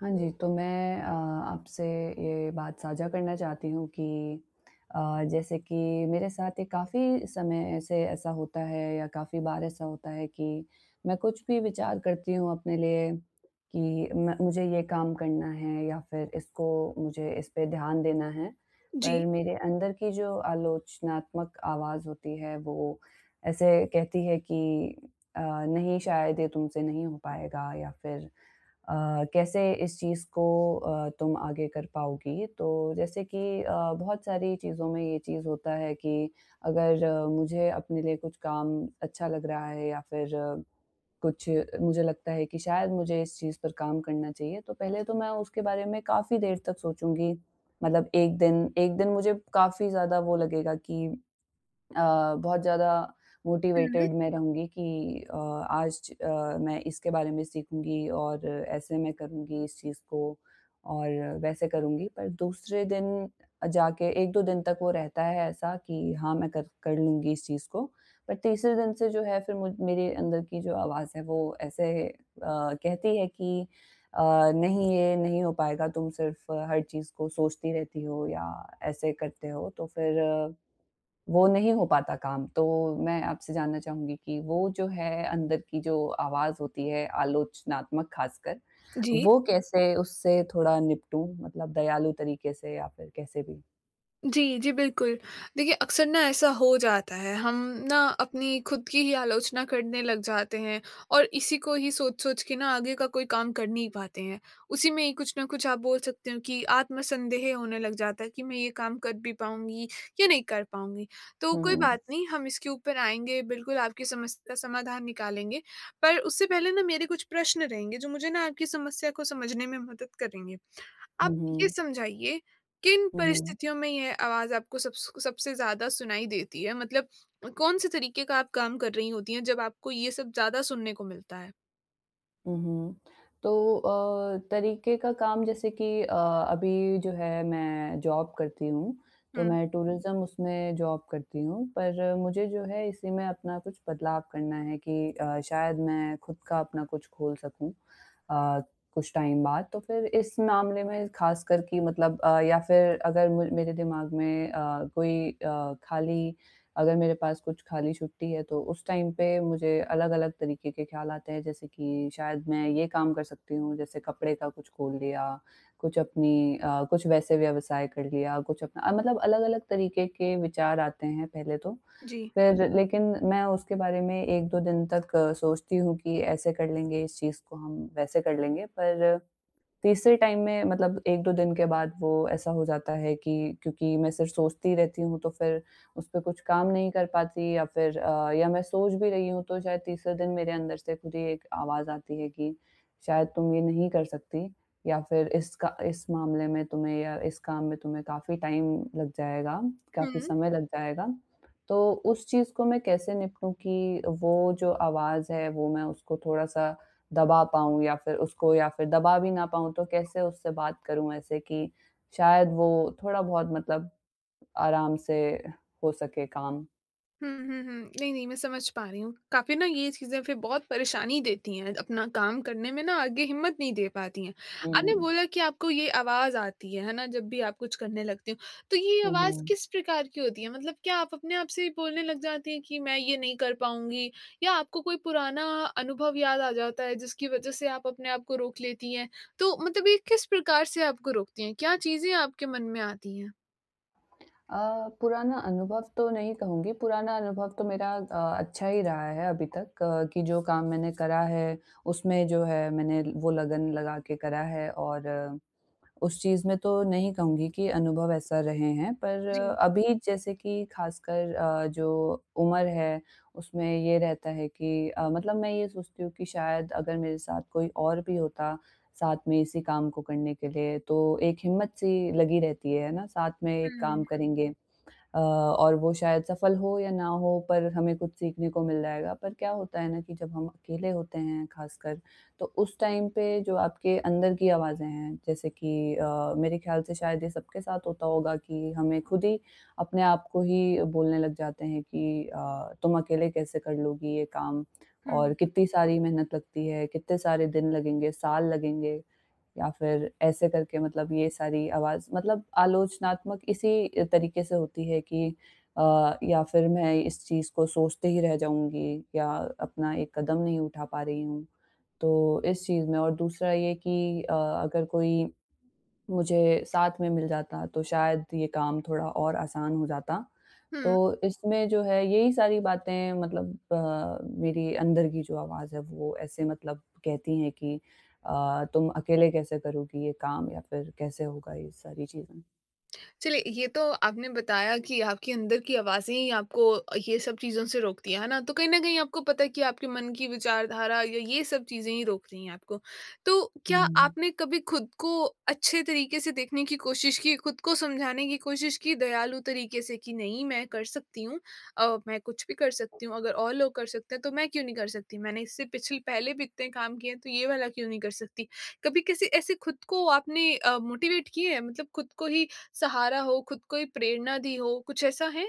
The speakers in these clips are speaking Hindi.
हाँ जी, तो मैं आपसे ये बात साझा करना चाहती हूँ कि अ, जैसे कि मेरे साथ ये काफ़ी समय से ऐसा होता है या काफ़ी बार ऐसा होता है कि मैं कुछ भी विचार करती हूँ अपने लिए कि मैं मुझे ये काम करना है या फिर इसको मुझे इस पे ध्यान देना है। जी। पर मेरे अंदर की जो आलोचनात्मक आवाज़ होती है वो ऐसे कहती है कि नहीं शायद ये तुमसे नहीं हो पाएगा या फिर कैसे इस चीज़ को तुम आगे कर पाओगी? तो जैसे कि बहुत सारी चीज़ों में ये चीज़ होता है कि अगर मुझे अपने लिए कुछ काम अच्छा लग रहा है या फिर कुछ मुझे लगता है कि शायद मुझे इस चीज़ पर काम करना चाहिए, तो पहले तो मैं उसके बारे में काफ़ी देर तक सोचूँगी। मतलब 1 दिन 1 दिन मुझे काफ़ी ज़्यादा वो लगेगा कि बहुत ज़्यादा हुँ। मोटिवेटेड मैं रहूँगी कि आज मैं इसके बारे में सीखूँगी और ऐसे मैं करूँगी इस चीज़ को और वैसे करूँगी। पर दूसरे दिन जाके 1-2 दिन तक वो रहता है ऐसा कि हाँ, मैं कर कर लूँगी इस चीज़ को। पर तीसरे दिन से जो है फिर मुझ मेरे अंदर की जो आवाज़ है वो ऐसे कहती है कि नहीं ये नहीं हो पाएगा, तुम सिर्फ हर चीज़ को सोचती रहती हो या ऐसे करते हो। तो फिर वो नहीं हो पाता काम, तो मैं आपसे जानना चाहूँगी कि वो जो है अंदर की जो आवाज़ होती है आलोचनात्मक ख़ासकर, जी। वो कैसे उससे थोड़ा निपटूँ? मतलब दयालु तरीके से या फिर कैसे भी? जी, जी, बिल्कुल। देखिए, अक्सर ना ऐसा हो जाता है, हम ना अपनी खुद की ही आलोचना करने लग जाते हैं और इसी को ही सोच-सोच के ना आगे का कोई काम कर नहीं पाते हैं। उसी में ही कुछ ना कुछ आप बोल सकते हो कि आत्मसंदेह होने लग जाता है कि मैं ये काम कर भी पाऊँगी या नहीं कर पाऊँगी। तो हुँ, कोई हुँ। बात नहीं, हम इसके ऊपर आएँगे, बिल्कुल आपकी समस्या का समाधान निकालेंगे। पर उससे पहले ना मेरे कुछ प्रश्न रहेंगे जो मुझे ना आपकी समस्या को समझने में मदद करेंगे। आप हुँ, ये हुँ। समझाइए, किन हुँ, हुँ। परिस्थितियों में यह आवाज़ आपको सबसे ज़्यादा सुनाई देती है? मतलब कौन-से तरीके का आप काम कर रही होती हैं, जब आपको ये सब ज़्यादा सुनने को मिलता है? उहुँ। तो तरीके का काम जैसे कि अभी जो है मैं जॉब करती हूँ, तो हुँ, मैं हुँ। टूरिज़्म उसमें जॉब करती हूँ, पर मुझे जो है इसी में अपना कुछ बदलाव करना है कि शायद मैं खुद का अपना कुछ खोल सकूँ अ, कुछ टाइम बाद। तो फिर इस मामले में ख़ासकर कि मतलब या फिर अगर मु मेरे दिमाग में कोई खाली, अगर मेरे पास कुछ खाली छुट्टी है तो उस टाइम पे मुझे अलग-अलग तरीके के ख़्याल आते हैं जैसे कि शायद मैं ये काम कर सकती हूँ, जैसे कपड़े का कुछ खोल लिया, कुछ अपनी कुछ वैसे व्यवसाय कर लिया, कुछ अपना मतलब अलग-अलग तरीके के विचार आते हैं पहले तो। जी। फिर लेकिन मैं उसके बारे में 1-2 दिन तक सोचती हूँ कि ऐसे कर लेंगे इस चीज़ को हम, वैसे कर लेंगे। पर तीसरे टाइम में मतलब 1-2 दिन के बाद वो ऐसा हो जाता है कि क्योंकि मैं सिर्फ़ सोचती रहती हूँ, तो फिर उस पे कुछ काम नहीं कर पाती या फिर या मैं सोच भी रही हूँ, तो शायद तीसरे दिन मेरे अंदर से खुद ही एक आवाज़ आती है कि शायद तुम ये नहीं कर सकती या फिर इस का इस मामले में तुम्हें या इस काम में तुम्हें काफ़ी टाइम लग जाएगा, काफ़ी हुँ। समय लग जाएगा। तो उस चीज़ को मैं कैसे निपटूँ कि वो जो आवाज़ है, वो मैं उसको थोड़ा-सा दबा पाऊँ या फिर उसको, या फिर दबा भी ना पाऊँ तो कैसे उससे बात करूँ ऐसे कि शायद वो थोड़ा-बहुत मतलब आराम से हो सके काम। हुँ, हुँ, हुँ। नहीं, नहीं मैं समझ पा रही हूँ। काफ़ी ना ये चीज़ें फिर बहुत परेशानी देती हैं, अपना काम करने में ना आगे हिम्मत नहीं दे पाती हैं। आपने हुँ, बोला कि आपको ये आवाज़ आती है ना? जब भी आप कुछ करने लगती हो, तो ये आवाज़ हुँ। किस प्रकार की होती है? मतलब क्या आप अपने आप से ही बोलने लग जाती हैं कि मैं ये नहीं कर पाऊँगी या आपको कोई पुराना अनुभव याद आ जाता है जिसकी वज़ह से आप अपने आप को रोक लेती हैं? तो मतलब ये किस प्रकार से आपको रोकती हैं? क्या चीज़ें आपके मन में आती हैं? पुराना अनुभव तो नहीं कहूँगी, पुराना अनुभव तो मेरा अच्छा ही रहा है अभी तक, कि जो काम मैंने करा है, उसमें जो है मैंने वो लगन लगा के करा है, और उस चीज़ में तो नहीं कहूँगी कि अनुभव ऐसा रहे हैं, पर जी। अभी जैसे कि ख़ासकर जो उम्र है, उसमें ये रहता है कि मतलब मैं ये सोचती हूँ कि शायद अगर मेरे साथ कोई और भी होता, साथ में इसी काम को करने के लिए, तो एक हिम्मत-सी लगी रहती है ना? साथ में एक काम हुँ, करेंगे, और वो शायद सफल हो या ना हो, पर हमें कुछ सीखने को मिल जाएगा। पर क्या होता है ना कि जब हम अकेले होते हैं ख़ासकर, तो उस टाइम पे जो आपके अंदर की आवाज़ें हैं, जैसे कि मेरे ख़्याल से शायद ये सबके साथ होता होगा कि हमें खुद ही अपने आप को ही बोलने लग जाते हैं कि तुम अकेले कैसे कर लोगी ये काम और हुँ, कितनी सारी मेहनत लगती है, कितने सारे दिन लगेंगे, साल लगेंगे। या फिर ऐसे करके मतलब ये सारी आवाज़ मतलब आलोचनात्मक इसी तरीके से होती है कि या फिर मैं इस चीज़ को सोचते ही रह जाऊँगी या अपना एक कदम नहीं उठा पा रही हूँ। तो इस चीज़ में और दूसरा ये कि अगर कोई मुझे साथ में मिल जाता तो शायद ये काम थोड़ा और आसान हो जाता। तो हुँ। इसमें जो है यही सारी बातें, मतलब मेरी अंदर की जो आवाज़ है वो ऐसे मतलब कहती हैं कि तुम अकेले कैसे करोगी ये काम या फिर कैसे होगा ये सारी चीज़ें। चलिए ये तो आपने बताया कि आपके अंदर की आवाज़ें ही आपको ये सब चीज़ों से रोकती हैं, है ना? तो कहीं न कहीं आपको पता है कि आपके मन की विचारधारा या ये सब चीज़ें ही रोक रही हैं आपको। तो क्या हुँ। आपने कभी खुद को अच्छे तरीके से देखने की कोशिश की, खुद को समझाने की कोशिश की दयालु तरीके से कि नहीं मैं कर सकती हूँ मैं कुछ भी कर सकती हूँ, अगर और लोग कर सकते हैं तो मैं क्यों नहीं कर सकती? मैंने इससे पिछले पहले भी इतने काम किए हैं तो ये वाला क्यों नहीं कर सकती? कभी किसी ऐसे खुद को आपने मोटिवेट किए हैं मतलब खुद को ही सहारा हो, खुद को ही प्रेरणा दी हो, कुछ ऐसा है?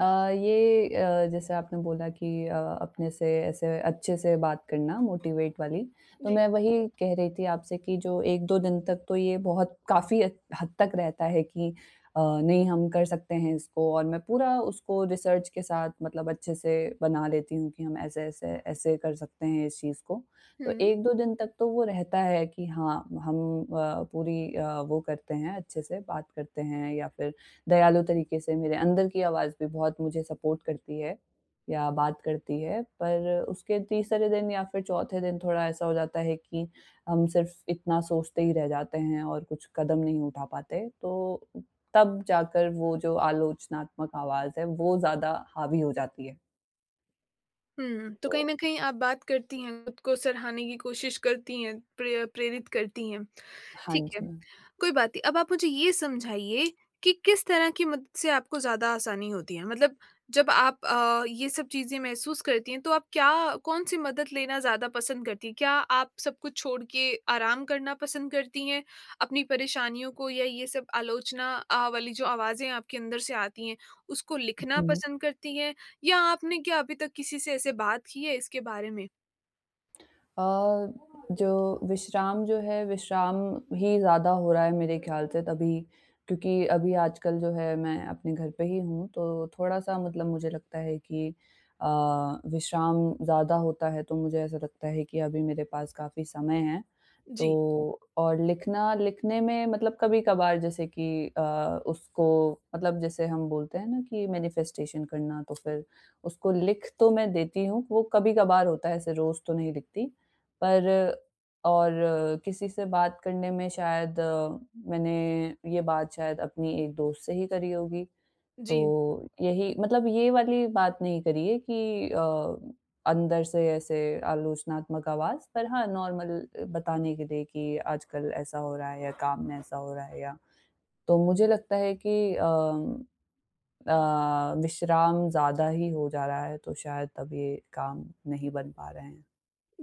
अ, ये जैसे आपने बोला कि अपने से ऐसे अच्छे से बात करना, मोटिवेट वाली, तो जी, मैं वही कह रही थी आपसे कि जो 1-2 दिन तक तो ये बहुत काफ़ी हद हद तक रहता है कि नहीं हम कर सकते हैं इसको, और मैं पूरा उसको रिसर्च के साथ मतलब अच्छे से बना लेती हूँ कि हम ऐसे-ऐसे, ऐसे ऐसे कर सकते हैं इस चीज़ को। तो हुँ। 1-2 दिन तक तो वो रहता है कि हाँ, हम पूरी वो करते हैं, अच्छे से बात करते हैं या फिर दयालु तरीके से मेरे अंदर की आवाज़ भी बहुत मुझे सपोर्ट करती है या बात करती है, पर उसके तीसरे दिन या फिर चौथे दिन थोड़ा ऐसा हो जाता है कि हम सिर्फ़ इतना सोचते ही रह जाते हैं और कुछ कदम नहीं उठा पाते, तो तब जाकर वो जो आलोचनात्मक आवाज़ है, वो ज़्यादा हावी हो जाती है। हुँ, तो तो कहीं न कहीं आप बात करती हैं, खुद को सराहने की कोशिश करती हैं, प्रेरित करती हैं। हाँ ठीक है, जी। कोई बात नहीं। अब आप मुझे ये समझाइए कि किस तरह की मदद से आपको ज़्यादा आसानी होती है? मतलब जब आप ये सब चीज़ें महसूस करती हैं, तो आप क्या कौन-सी मदद लेना ज़्यादा पसंद करती हैं? क्या आप सब कुछ छोड़ के आराम करना पसंद करती हैं, अपनी परेशानियों को या ये सब आलोचना वाली जो आवाज़ें आपके अंदर से आती हैं, उसको लिखना हुँ। पसंद करती हैं? या आपने क्या अभी तक किसी से ऐसे बात की है इसके बारे में? अ, जो विश्राम जो है, विश्राम ही ज़्यादा हो रहा है मेरे ख़्याल से, तभी क्योंकि अभी आजकल जो है मैं अपने घर पे ही हूँ, तो थोड़ा-सा मतलब मुझे लगता है कि अ, विश्राम ज़्यादा होता है, तो मुझे ऐसा लगता है कि अभी मेरे पास काफ़ी समय है। तो जी, और लिखना, लिखने में मतलब कभी-कभार, जैसे कि अ, उसको मतलब जैसे हम बोलते हैं ना कि मैनिफेस्टेशन करना, तो फिर उसको लिख तो मैं देती हूँ, वो कभी-कभार होता है, ऐसे रोज़ तो नहीं लिखती। पर और किसी से बात करने में शायद मैंने ये बात शायद अपनी एक दोस्त से ही करी होगी। तो जी। यही मतलब ये वाली बात नहीं करी है कि अंदर से ऐसे आलोचनात्मक आवाज़, पर हाँ नॉर्मल बताने के लिए कि आजकल ऐसा हो रहा है या काम में ऐसा हो रहा है या, तो मुझे लगता है कि विश्राम ज़्यादा ही हो जा रहा है, तो शायद तब ये काम नहीं बन पा रहे हैं।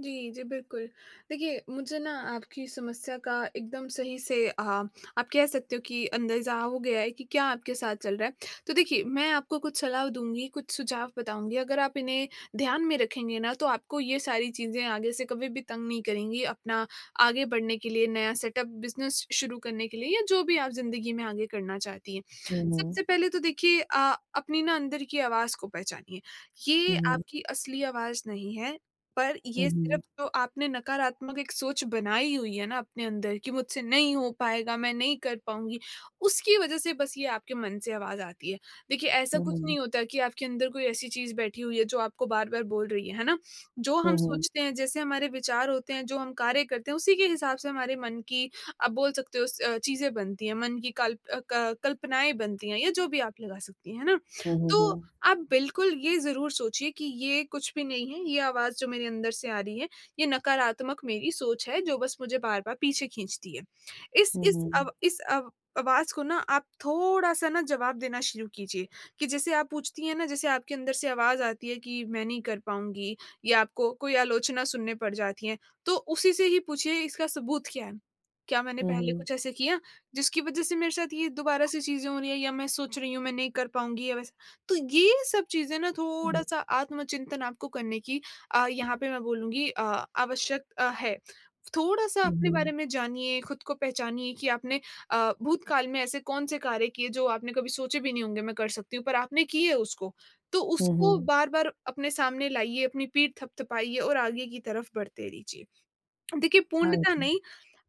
जी, जी, बिल्कुल। देखिए, मुझे ना आपकी समस्या का एकदम सही से आप कह सकते हो कि अंदाज़ा हो गया है कि क्या आपके साथ चल रहा है। तो देखिए, मैं आपको कुछ सलाह दूँगी, कुछ सुझाव बताऊँगी, अगर आप इन्हें ध्यान में रखेंगे ना, तो आपको ये सारी चीज़ें आगे से कभी भी तंग नहीं करेंगी, अपना आगे बढ़ने के लिए, नया सेटअप, बिज़नेस शुरू करने के लिए या जो भी आप ज़िंदगी में आगे करना चाहती हैं। हुँ, सबसे हुँ। पहले तो देखिए अपनी ना अंदर की आवाज़ को पहचानिए। ये हुँ, हुँ। आपकी असली आवाज़ नहीं है। पर ये सिर्फ जो आपने नकारात्मक एक सोच बनाई हुई है ना अपने अंदर कि मुझसे नहीं हो पाएगा, मैं नहीं कर पाऊँगी, उसकी वज़ह से बस ये आपके मन से आवाज़ आती है। देखिए ऐसा हुँ, कुछ हुँ। नहीं होता कि आपके अंदर कोई ऐसी चीज़ बैठी हुई है जो आपको बार-बार बोल रही है ना? जो हम हुँ, हुँ। सोचते हैं, जैसे हमारे विचार होते हैं, जो हम कार्य करते हैं, उसी के हिसाब से हमारे मन की आप बोल सकते हो चीज़ें बनती हैं, मन की कल्प अ, क कल्पनाएँ बनती हैं या जो भी आप लगा सकती हैं, है ना? हुँ, तो हुँ। आप बिल्कुल ये ज़रूर सोचिए कि ये कुछ भी नहीं है, ये आवाज़ जो मेरे अंदर से आ रही है, ये नकारात्मक मेरी सोच है जो बस मुझे बार-बार पीछे खींचती है। हुँ, हुँ, हुँ। इस अव आवाज़ को ना आप थोड़ा-सा ना जवाब देना शुरू कीजिए कि जैसे आप पूछती हैं ना, जैसे आपके अंदर से आवाज़ आती है कि मैं नहीं कर पाऊँगी या आपको कोई आलोचना सुनने पड़ जाती है, तो उसी से ही पूछिए इसका सबूत क्या है? क्या मैंने हुँ, पहले हुँ। कुछ ऐसे किया जिसकी वज़ह से मेरे साथ ये दोबारा से चीज़ें हो रही है या मैं सोच रही हूँ मैं नहीं कर पाऊँगी या वैसा तो ये सब चीज़ें ना हुँ, हुँ। थोड़ा-सा आत्मचिंतन आपको करने की यहाँ पे मैं बोलूँगी आवश्यक है। थोड़ा-सा हुँ, अपने बारे हुँ। में जानिए, खुद को पहचानिए कि आपने भूतकाल में ऐसे कौन-से कार्य किए जो आपने कभी सोचे भी नहीं होंगे मैं कर सकती हूँ, पर आपने किए उसको। तो हुँ, उसको हुँ। बार-बार अपने सामने लाइए, अपनी पीठ थपथपाइए और आगे की तरफ बढ़ते रहिए। देखिए हाँ पूर्णता जी। नहीं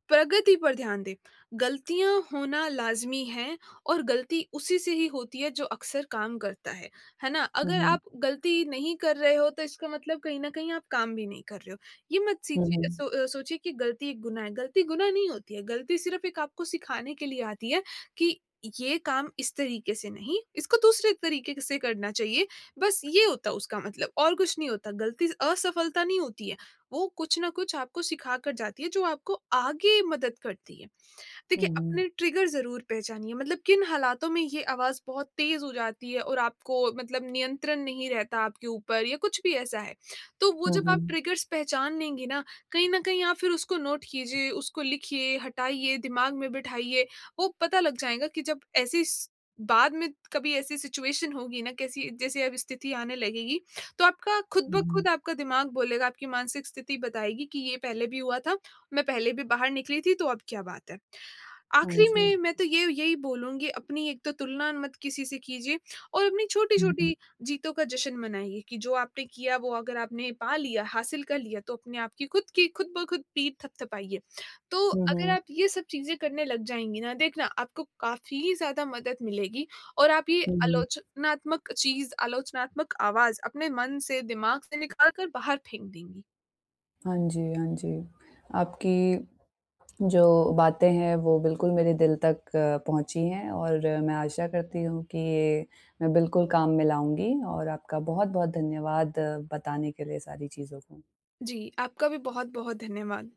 प्रगति पर ध्यान दें। गलतियाँ होना लाज़मी है और गलती उसी से ही होती है जो अक्सर काम करता है। है ना? हुँ, अगर आप हुँ। गलती नहीं कर रहे हो तो इसका मतलब कहीं न कहीं आप काम भी नहीं कर रहे हो। ये मत हुँ, सीचिए हुँ। सो अ, सोचिए कि गलती एक गुनाह है। गलती गुनाह नहीं होती है। गलती सिर्फ़ एक आपको सिखाने के लिए आती है कि ये काम इस तरीके से नहीं, इसको दूसरे तरीके से करना चाहिए। बस ये होता है उसका मतलब और कुछ नहीं होता। गलती असफलता नहीं होती है। वो कुछ ना कुछ आपको सिखा कर जाती है जो आपको आगे मदद करती है। देखिए, हुँ, हुँ। अपने ट्रिगर ज़रूर पहचानिए, मतलब किन हालातों में ये आवाज़ बहुत तेज़ हो जाती है और आपको मतलब नियंत्रण नहीं रहता आपके ऊपर या कुछ भी ऐसा है। तो वो हुँ, जब आप हुँ। ट्रिगर्स पहचान लेंगी ना, कहीं न कहीं आप फिर उसको नोट कीजिए, उसको लिखिए, हटाइए, दिमाग में बिठाइए, वो पता लग जाएगा कि जब ऐसी स बाद में कभी ऐसी सिचुएशन होगी ना, कैसी जैसे अब स्थिति आने लगेगी, तो आपका खुद हुँ, ब खुद हुँ। आपका दिमाग बोलेगा, आपकी मानसिक स्थिति बताएगी कि ये पहले भी हुआ था, मैं पहले भी बाहर निकली थी, तो अब क्या बात है। हाँ आखिरी जी। में मैं तो ये यही बोलूँगी अपनी एक तो तुलना मत किसी से कीजिए और अपनी हुँ, हुँ। छोटी-छोटी जीतों का जश्न मनाइए कि जो आपने किया वो अगर आपने पा लिया, हासिल कर लिया तो अपने आप की खुद ब खुद पीठ थपथपाइए। तो हुँ, अगर हुँ। आप ये सब चीज़ें करने लग जाएँगी ना, देखना आपको काफ़ी ज़्यादा मदद मिलेगी और आप ये हुँ, हुँ। आलोचनात्मक चीज़, आलोचनात्मक आवाज़ अपने मन से, दिमाग से निकाल कर बाहर फेंक देंगी। हाँ जी, हाँ जी। आपकी जो बातें हैं वो बिल्कुल मेरे दिल तक पहुँची हैं, और मैं आशा करती हूँ कि ये मैं बिल्कुल काम में लाऊँगी, और आपका बहुत-बहुत धन्यवाद बताने के लिए सारी चीज़ों को। जी, आपका भी बहुत-बहुत धन्यवाद।